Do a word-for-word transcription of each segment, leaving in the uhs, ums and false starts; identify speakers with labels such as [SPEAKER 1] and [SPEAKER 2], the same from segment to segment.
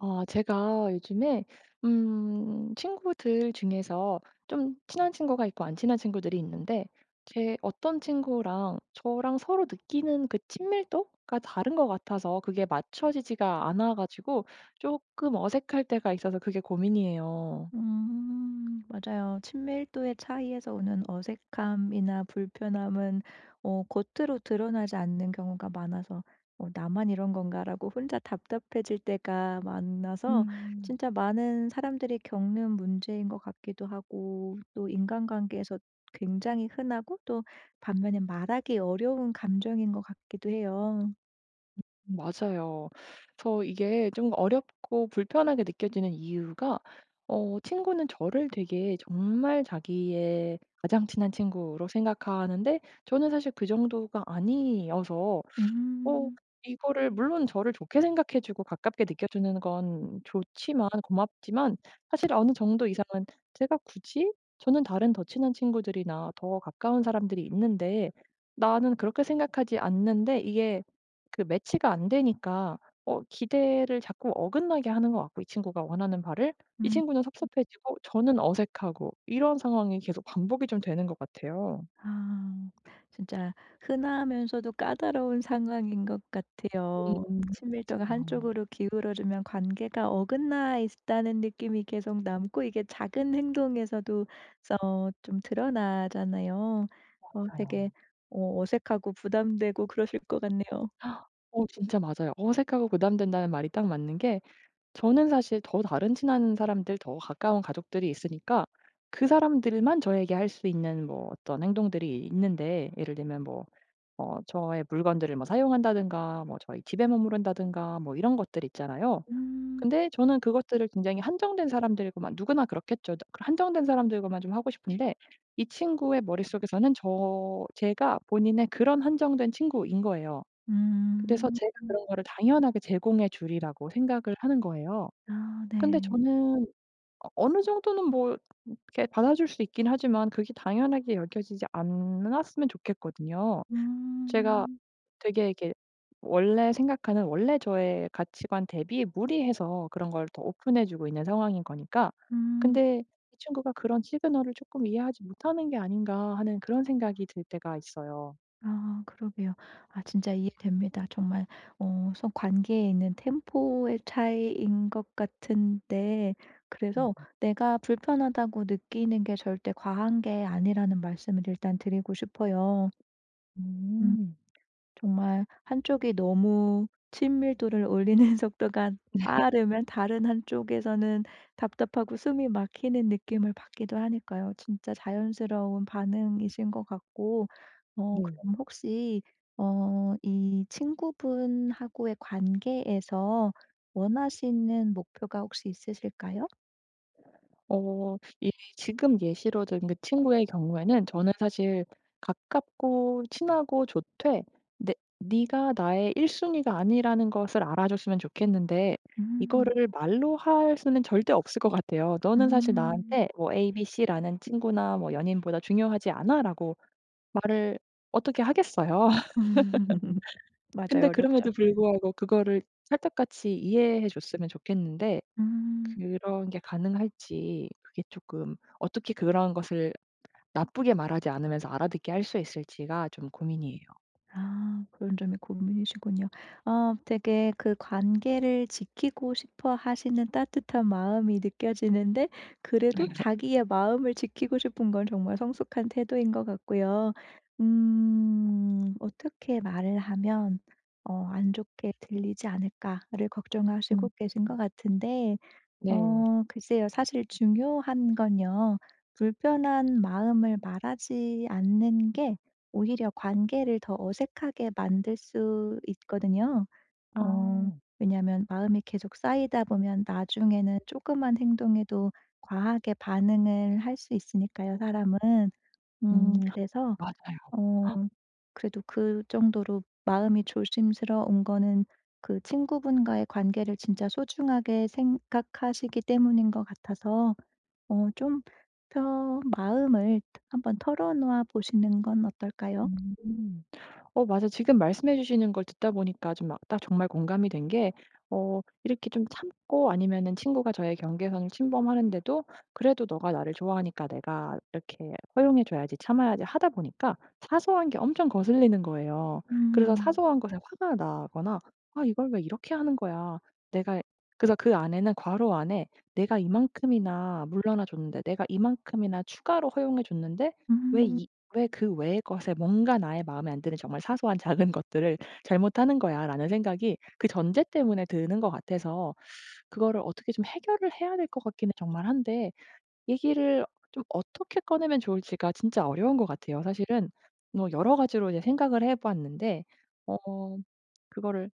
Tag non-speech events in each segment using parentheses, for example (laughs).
[SPEAKER 1] 아, 제가 요즘에 음, 친구들 중에서 좀 친한 친구가 있고 안 친한 친구들이 있는데, 제 어떤 친구랑 저랑 서로 느끼는 그 친밀도가 다른 것 같아서 그게 맞춰지지가 않아가지고 조금 어색할 때가 있어서 그게 고민이에요.
[SPEAKER 2] 음 맞아요. 친밀도의 차이에서 오는 어색함이나 불편함은 어 겉으로 드러나지 않는 경우가 많아서 '어 나만 이런 건가.'라고 혼자 답답해질 때가 많아서,
[SPEAKER 1] 음.
[SPEAKER 2] 진짜 많은 사람들이 겪는 문제인 것 같기도 하고, 또 인간관계에서 굉장히 흔하고, 또 반면에 말하기 어려운 감정인 것 같기도 해요.
[SPEAKER 1] 맞아요. 그래서 이게 좀 어렵고 불편하게 느껴지는 이유가 어 친구는 저를 되게 정말 자기의 가장 친한 친구로 생각하는데 저는 사실 그 정도가 아니어서. 어
[SPEAKER 2] 음.
[SPEAKER 1] 이거를, 물론 저를 좋게 생각해 주고 가깝게 느껴주는 건 좋지만, 고맙지만, 사실 어느 정도 이상은, 제가 굳이, 저는 다른 더 친한 친구들이나 더 가까운 사람들이 있는데 나는 그렇게 생각하지 않는데, 이게 그 매치가 안 되니까 어 기대를 자꾸 어긋나게 하는 것 같고, 이 친구가 원하는 바를, 이
[SPEAKER 2] 음.
[SPEAKER 1] 친구는 섭섭해지고 저는 어색하고, 이런 상황이 계속 반복이 좀 되는 것 같아요.
[SPEAKER 2] 아. 진짜 흔하면서도 까다로운 상황인 것 같아요.
[SPEAKER 1] 음
[SPEAKER 2] 친밀도가
[SPEAKER 1] 맞아요,
[SPEAKER 2] 한쪽으로 기울어지면 관계가 어긋나 있다는 느낌이 계속 남고, 이게 작은 행동에서도 어 좀 드러나잖아요. 어
[SPEAKER 1] 맞아요.
[SPEAKER 2] 되게 어 어색하고 부담되고 그러실 것 같네요.
[SPEAKER 1] 어 진짜 맞아요. 어색하고 부담된다는 말이 딱 맞는 게, 저는 사실 더 다른 친한 사람들, 더 가까운 가족들이 있으니까 그 사람들만 저에게 할 수 있는 뭐 어떤 행동들이 있는데, 예를 들면 뭐 어 저의 물건들을 뭐 사용한다든가 뭐 저희 집에 머무른다든가 뭐 이런 것들 있잖아요.
[SPEAKER 2] 음.
[SPEAKER 1] 근데 저는 그것들을 굉장히 한정된 사람들이고만, 누구나 그렇겠죠. 그 한정된 사람들과만 좀 하고 싶은데, 이 친구의 머릿속에서는 저, 제가 본인의 그런 한정된 친구인 거예요. 그래서
[SPEAKER 2] 음.
[SPEAKER 1] 제가
[SPEAKER 2] 음.
[SPEAKER 1] 그런 거를 당연하게 제공해 주리라고 생각을 하는 거예요.
[SPEAKER 2] 아,
[SPEAKER 1] 근데
[SPEAKER 2] 네.
[SPEAKER 1] 저는 어 어느 정도는 뭐 이렇게 받아줄 수 있긴 하지만 그게 당연하게 여겨지지 않았으면 좋겠거든요. 제가
[SPEAKER 2] 음.
[SPEAKER 1] 되게 이렇게 원래 생각하는, 원래 저의 가치관 대비 무리해서 그런 걸 더 오픈해 주고 있는 상황인 거니까.
[SPEAKER 2] 음.
[SPEAKER 1] 근데 이 친구가 그런 시그널을 조금 이해하지 못하는 게 아닌가 하는 그런 생각이 들 때가 있어요.
[SPEAKER 2] 아, 그러게요. 아, 진짜 이해됩니다. 정말 어 서 관계에 있는 템포의 차이인 것 같은데,
[SPEAKER 1] 음.
[SPEAKER 2] 그래서 내가 불편하다고 느끼는 게 절대 과한 게 아니라는 말씀을 일단 드리고 싶어요. 음.
[SPEAKER 1] 음.
[SPEAKER 2] 정말 한쪽이 너무 친밀도를 올리는 (laughs) 속도가 빠르면 다른 한쪽에서는 답답하고 숨이 막히는 느낌을 받기도 하니까요. 진짜 자연스러운 반응이신 것 같고, 어
[SPEAKER 1] 네.
[SPEAKER 2] 그럼 혹시 어 이 친구분하고의 관계에서 원하시는 목표가 혹시 있으실까요?
[SPEAKER 1] 어 이 지금 예시로 든 그 친구의 경우에는 저는 사실 가깝고 친하고 좋되, 내 네가 나의 일 순위가 아니라는 것을 알아줬으면 좋겠는데
[SPEAKER 2] 음.
[SPEAKER 1] 이거를 말로 할 수는 절대 없을 것 같아요. "너는 사실
[SPEAKER 2] 음.
[SPEAKER 1] 나한테 뭐 에이비씨라는 친구나 뭐 연인보다 중요하지 않아."라고 말을 어떻게 하겠어요. (laughs)
[SPEAKER 2] (laughs)
[SPEAKER 1] 근데
[SPEAKER 2] 맞아요. 어렵죠.
[SPEAKER 1] 그럼에도 불구하고 그거를 찰떡같이 이해해 줬으면 좋겠는데
[SPEAKER 2] 음.
[SPEAKER 1] 그런 게 가능할지, 그게 조금, 어떻게 그런 것을 나쁘게 말하지 않으면서 알아듣게 할 수 있을지가 좀 고민이에요.
[SPEAKER 2] 아, 그런 점이 고민이시군요. 아, 되게 그 관계를 지키고 싶어 하시는 따뜻한 마음이 느껴지는데, 그래도 자기의 마음을 지키고 싶은 건 정말 성숙한 태도인 것 같고요. 음 어떻게 말을 하면 어 '안 좋게 들리지 않을까.'를
[SPEAKER 1] 음
[SPEAKER 2] 걱정하시고 계신 것 같은데,
[SPEAKER 1] 네.
[SPEAKER 2] 어 글쎄요. 사실 중요한 건요, 불편한 마음을 말하지 않는 게 오히려 관계를 더 어색하게 만들 수 있거든요.
[SPEAKER 1] 아.
[SPEAKER 2] 어 왜냐하면 마음이 계속 쌓이다 보면 나중에는 조그만 행동에도 과하게 반응을 할 수 있으니까요, 사람은. 음
[SPEAKER 1] 음.
[SPEAKER 2] 그래서
[SPEAKER 1] 맞아요.
[SPEAKER 2] 어 그래도, 그 정도로 마음이 조심스러운 거는 그 친구분과의 관계를 진짜 소중하게 생각하시기 때문인 것 같아서, 어 좀 펴 마음을 한번 털어놓아 보시는 건 어떨까요?
[SPEAKER 1] 음. 어 맞아, 지금 말씀해 주시는 걸 듣다 보니까 좀 막 딱 정말 공감이 된 게, 어 이렇게 좀 참고, 아니면은 친구가 저의 경계선을 침범하는데도 그래도 "너가 나를 좋아하니까 내가 이렇게 허용해 줘야지. 참아야지." 하다 보니까 사소한 게 엄청 거슬리는 거예요. 그래서
[SPEAKER 2] 음.
[SPEAKER 1] 사소한 것에 화가 나거나 '아 이걸 왜 이렇게 하는 거야.' 내가, 그래서 그 안에는, 괄호 안에 '내가 이만큼이나 물러나 줬는데, 내가 이만큼이나 추가로 허용해 줬는데 왜
[SPEAKER 2] 음.
[SPEAKER 1] 이 왜 그 외의 것에, 뭔가 나의 마음에 안 드는 정말 사소한 작은 것들을 잘못하는 거야.'라는 생각이 그 전제 때문에 드는 것 같아서, 그거를 어떻게 좀 해결을 해야 될 것 같기는 정말 한데 얘기를 좀 어떻게 꺼내면 좋을지가 진짜 어려운 것 같아요, 사실은. 뭐 여러 가지로 이제 생각을 해 봤는데 어 그거를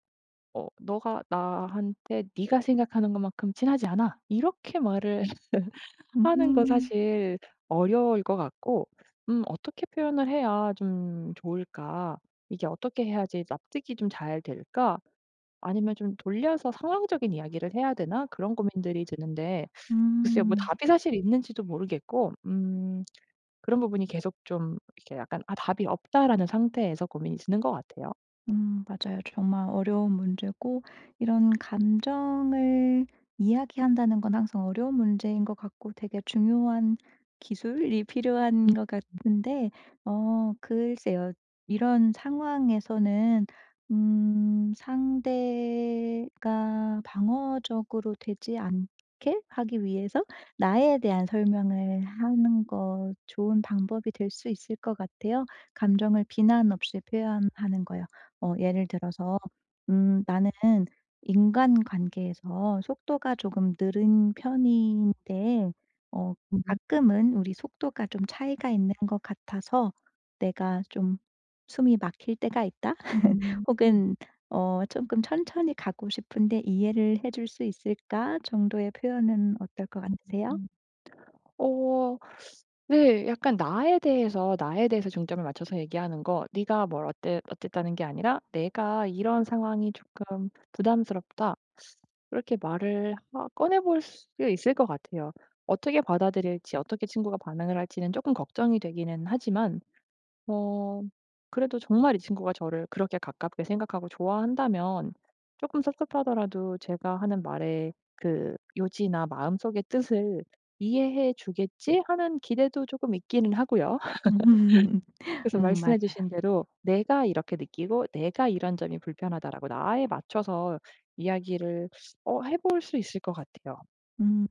[SPEAKER 1] 어 "너가 나한테 네가 생각하는 것만큼 친하지 않아." 이렇게 말을
[SPEAKER 2] 음.
[SPEAKER 1] 하는 거
[SPEAKER 2] 음.
[SPEAKER 1] 사실 어려울 것 같고, 음 어떻게 표현을 해야 좀 좋을까? 이게 어떻게 해야지 납득이 좀 잘 될까? 아니면 좀 돌려서 상황적인 이야기를 해야 되나? 그런 고민들이 드는데. 글쎄요. 뭐
[SPEAKER 2] 음.
[SPEAKER 1] 답이 사실 있는지도 모르겠고, 음 그런 부분이 계속 좀 이렇게 약간 '아 답이 없다.'라는 상태에서 고민이 드는 것 같아요.
[SPEAKER 2] 음 맞아요. 정말 어려운 문제고, 이런 감정을 이야기한다는 건 항상 어려운 문제인 것 같고, 되게 중요한 기술이 필요한
[SPEAKER 1] 음
[SPEAKER 2] 것 같은데, 어 글쎄요. 이런 상황에서는, 음 상대가 방어적으로 되지 않게 하기 위해서 나에 대한 설명을 하는 거 좋은 방법이 될 수 있을 것 같아요. 감정을 비난 없이 표현하는 거요. 어 예를 들어서, 음 "나는 인간관계에서 속도가 조금 느린 편인데, 어
[SPEAKER 1] 음
[SPEAKER 2] 가끔은 우리 속도가 좀 차이가 있는 것 같아서 내가 좀 숨이 막힐 때가 있다." (laughs)
[SPEAKER 1] 음. 음.
[SPEAKER 2] 혹은 어금 "천천히 가고 싶은데 이해를 해줄 수 있을까?" 정도의 표현은 어떨 것 같으세요?
[SPEAKER 1] 음. 어. 네. 약간 나에 대해서, 나에 대해서 중점을 맞춰서 얘기하는 거, 네가 뭘 어때 어쨌다는 게 아니라 "내가 이런 상황이 조금 부담스럽다." 그렇게 말을 하 꺼내 볼 수 있을 것 같아요. 어떻게 받아들일지, 어떻게 친구가 반응을 할지는 조금 걱정이 되기는 하지만, 어 그래도 정말 이 친구가 저를 그렇게 가깝게 생각하고 좋아한다면 조금 섭섭하더라도 제가 하는 말의 그 요지나 마음속의 뜻을 이해해 주겠지 하는 기대도 조금 있기는 하고요. (laughs)
[SPEAKER 2] (laughs)
[SPEAKER 1] 그래서
[SPEAKER 2] 음 맞아요.
[SPEAKER 1] 말씀해 주신 대로 내가 이렇게 느끼고 내가 이런 점이 불편하다라고 나에 맞춰서 이야기를 어 해볼 수 있을 것 같아요.
[SPEAKER 2] 음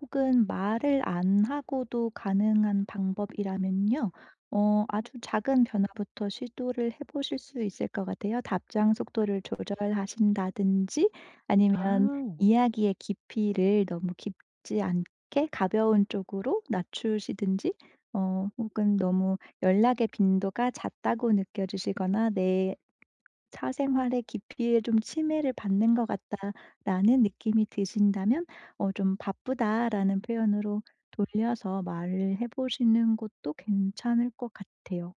[SPEAKER 2] 혹은 말을 안 하고도 가능한 방법이라면요. 어 아주 작은 변화부터 시도를 해 보실 수 있을 것 같아요. 답장 속도를 조절하신다든지, 아니면
[SPEAKER 1] 아.
[SPEAKER 2] 이야기의 깊이를 너무 깊지 않게 가벼운 쪽으로 낮추시든지, 어 혹은 너무 연락의 빈도가 잦다고 느껴지시거나 내 사생활의 깊이에 좀 침해를 받는 것 같다라는 느낌이 드신다면, 어 좀 "바쁘다."라는 표현으로 돌려서 말을 해 보시는 것도 괜찮을 것 같아요.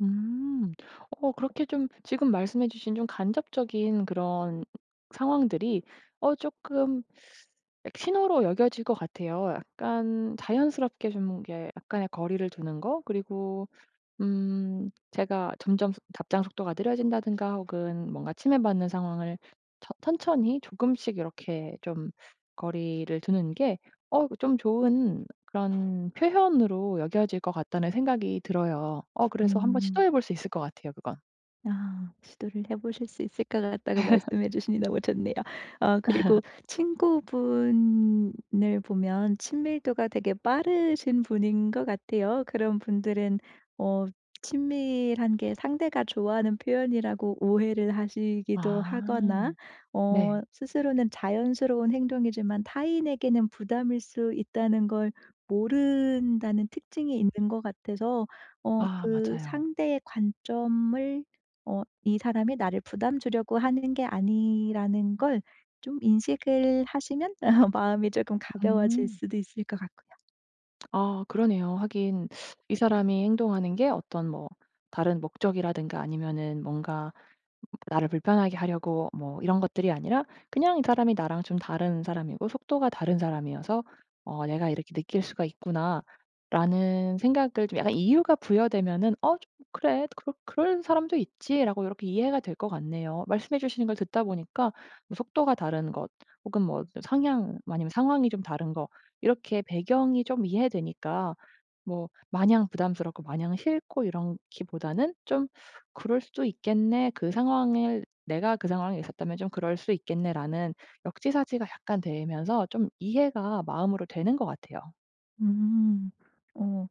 [SPEAKER 1] 음. 어 그렇게 좀 지금 말씀해 주신 좀 간접적인 그런 상황들이 어 조금 신호로 여겨질 것 같아요. 약간 자연스럽게 좀 이게 약간의 거리를 두는 거, 그리고 음 제가 점점 속 답장 속도가 느려진다든가 혹은 뭔가 침해받는 상황을 천 천천히 조금씩 이렇게 좀 거리를 두는 게 어 좀 좋은 그런 표현으로 여겨질 것 같다는 생각이 들어요. 어 그래서 한번
[SPEAKER 2] 음.
[SPEAKER 1] 시도해 볼 수 있을 것 같아요, 그건.
[SPEAKER 2] 아, 시도를 해 보실 수 있을 것 같다고 말씀해 주시니 너무 좋네요. 어 그리고 친구분을 보면 친밀도가 되게 빠르신 분인 것 같아요. 그런 분들은 어 친밀한 게 상대가 좋아하는 표현이라고 오해를 하시기도
[SPEAKER 1] 아.
[SPEAKER 2] 하거나,
[SPEAKER 1] 네.
[SPEAKER 2] 어 스스로는 자연스러운 행동이지만 타인에게는 부담일 수 있다는 걸 모른다는 특징이 있는 것 같아서, 어
[SPEAKER 1] 아
[SPEAKER 2] 그
[SPEAKER 1] 맞아요.
[SPEAKER 2] 상대의 관점을, 어 '이 사람이 나를 부담 주려고 하는 게 아니.'라는 걸 좀 인식을 하시면 (laughs) 마음이 조금 가벼워질
[SPEAKER 1] 음.
[SPEAKER 2] 수도 있을 것 같고요.
[SPEAKER 1] 아 그러네요. 하긴 이 사람이 행동하는 게 어떤 뭐 다른 목적이라든가 아니면은 뭔가 나를 불편하게 하려고 뭐 이런 것들이 아니라, 그냥 이 사람이 나랑 좀 다른 사람이고 속도가 다른 사람이어서 어 '내가 이렇게 느낄 수가 있구나.'라는 생각을 좀, 약간 이유가 부여되면은 '어 좀 그래. 그럴 그럴 사람도 있지.'라고 이렇게 이해가 될 것 같네요. 말씀해 주시는 걸 듣다 보니까 뭐 속도가 다른 것, 혹은 뭐 상향 아니면 상황이 좀 다른 거, 이렇게 배경이 좀 이해되니까 뭐 마냥 부담스럽고 마냥 싫고 이런 기보다는 좀 '그럴 수도 있겠네. 그 상황을, 내가 그 상황에 있었다면 좀 그럴 수 있겠네.'라는 역지사지가 약간 되면서 좀 이해가 마음으로 되는 것 같아요.
[SPEAKER 2] 음. 어.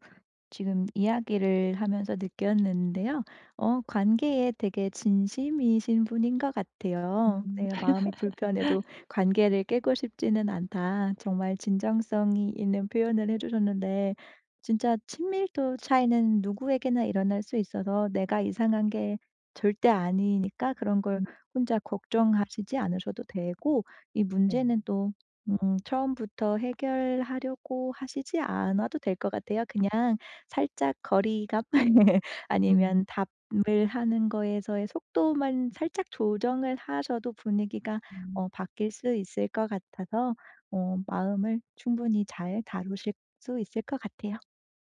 [SPEAKER 2] 지금 이야기를 하면서 느꼈는데요, 어 관계에 되게 진심이신 분인 것 같아요.
[SPEAKER 1] 음.
[SPEAKER 2] 내가
[SPEAKER 1] 아
[SPEAKER 2] 마음이 불편해도 관계를 깨고 싶지는 않다, 정말 진정성이 있는 표현을 해 주셨는데, 진짜 친밀도 차이는 누구에게나 일어날 수 있어서 내가 이상한 게 절대 아니니까, 그런 걸
[SPEAKER 1] 음.
[SPEAKER 2] 혼자 걱정하시지 않으셔도 되고, 이
[SPEAKER 1] 네.
[SPEAKER 2] 문제는 또, 음 처음부터 해결하려고 하시지 않아도 될 것 같아요. 그냥 살짝 거리감 (laughs) 아니면 답을 하는 거에서의 속도만 살짝 조정을 하셔도 분위기가
[SPEAKER 1] 음.
[SPEAKER 2] 어 바뀔 수 있을 것 같아서, 어 마음을 충분히 잘 다루실 수 있을 것 같아요.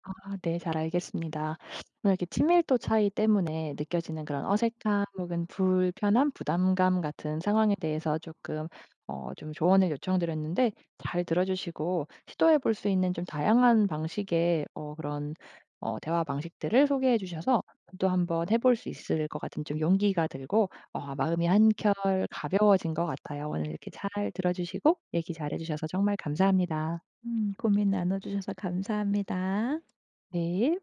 [SPEAKER 1] 아 네. 잘 알겠습니다. 오늘 이렇게 친밀도 차이 때문에 느껴지는 그런 어색함 혹은 불편함, 부담감 같은 상황에 대해서 조금 어 좀 조언을 요청드렸는데, 잘 들어 주시고 시도해 볼 수 있는 좀 다양한 방식의 어 그런 어 대화 방식들을 소개해 주셔서 또 한번 해볼 수 있을 것 같은 좀 용기가 들고 어 마음이 한결 가벼워진 것 같아요. 오늘 이렇게 잘 들어 주시고 얘기 잘해 주셔서 정말 감사합니다.
[SPEAKER 2] 음 고민 나눠 주셔서 감사합니다.
[SPEAKER 1] 네.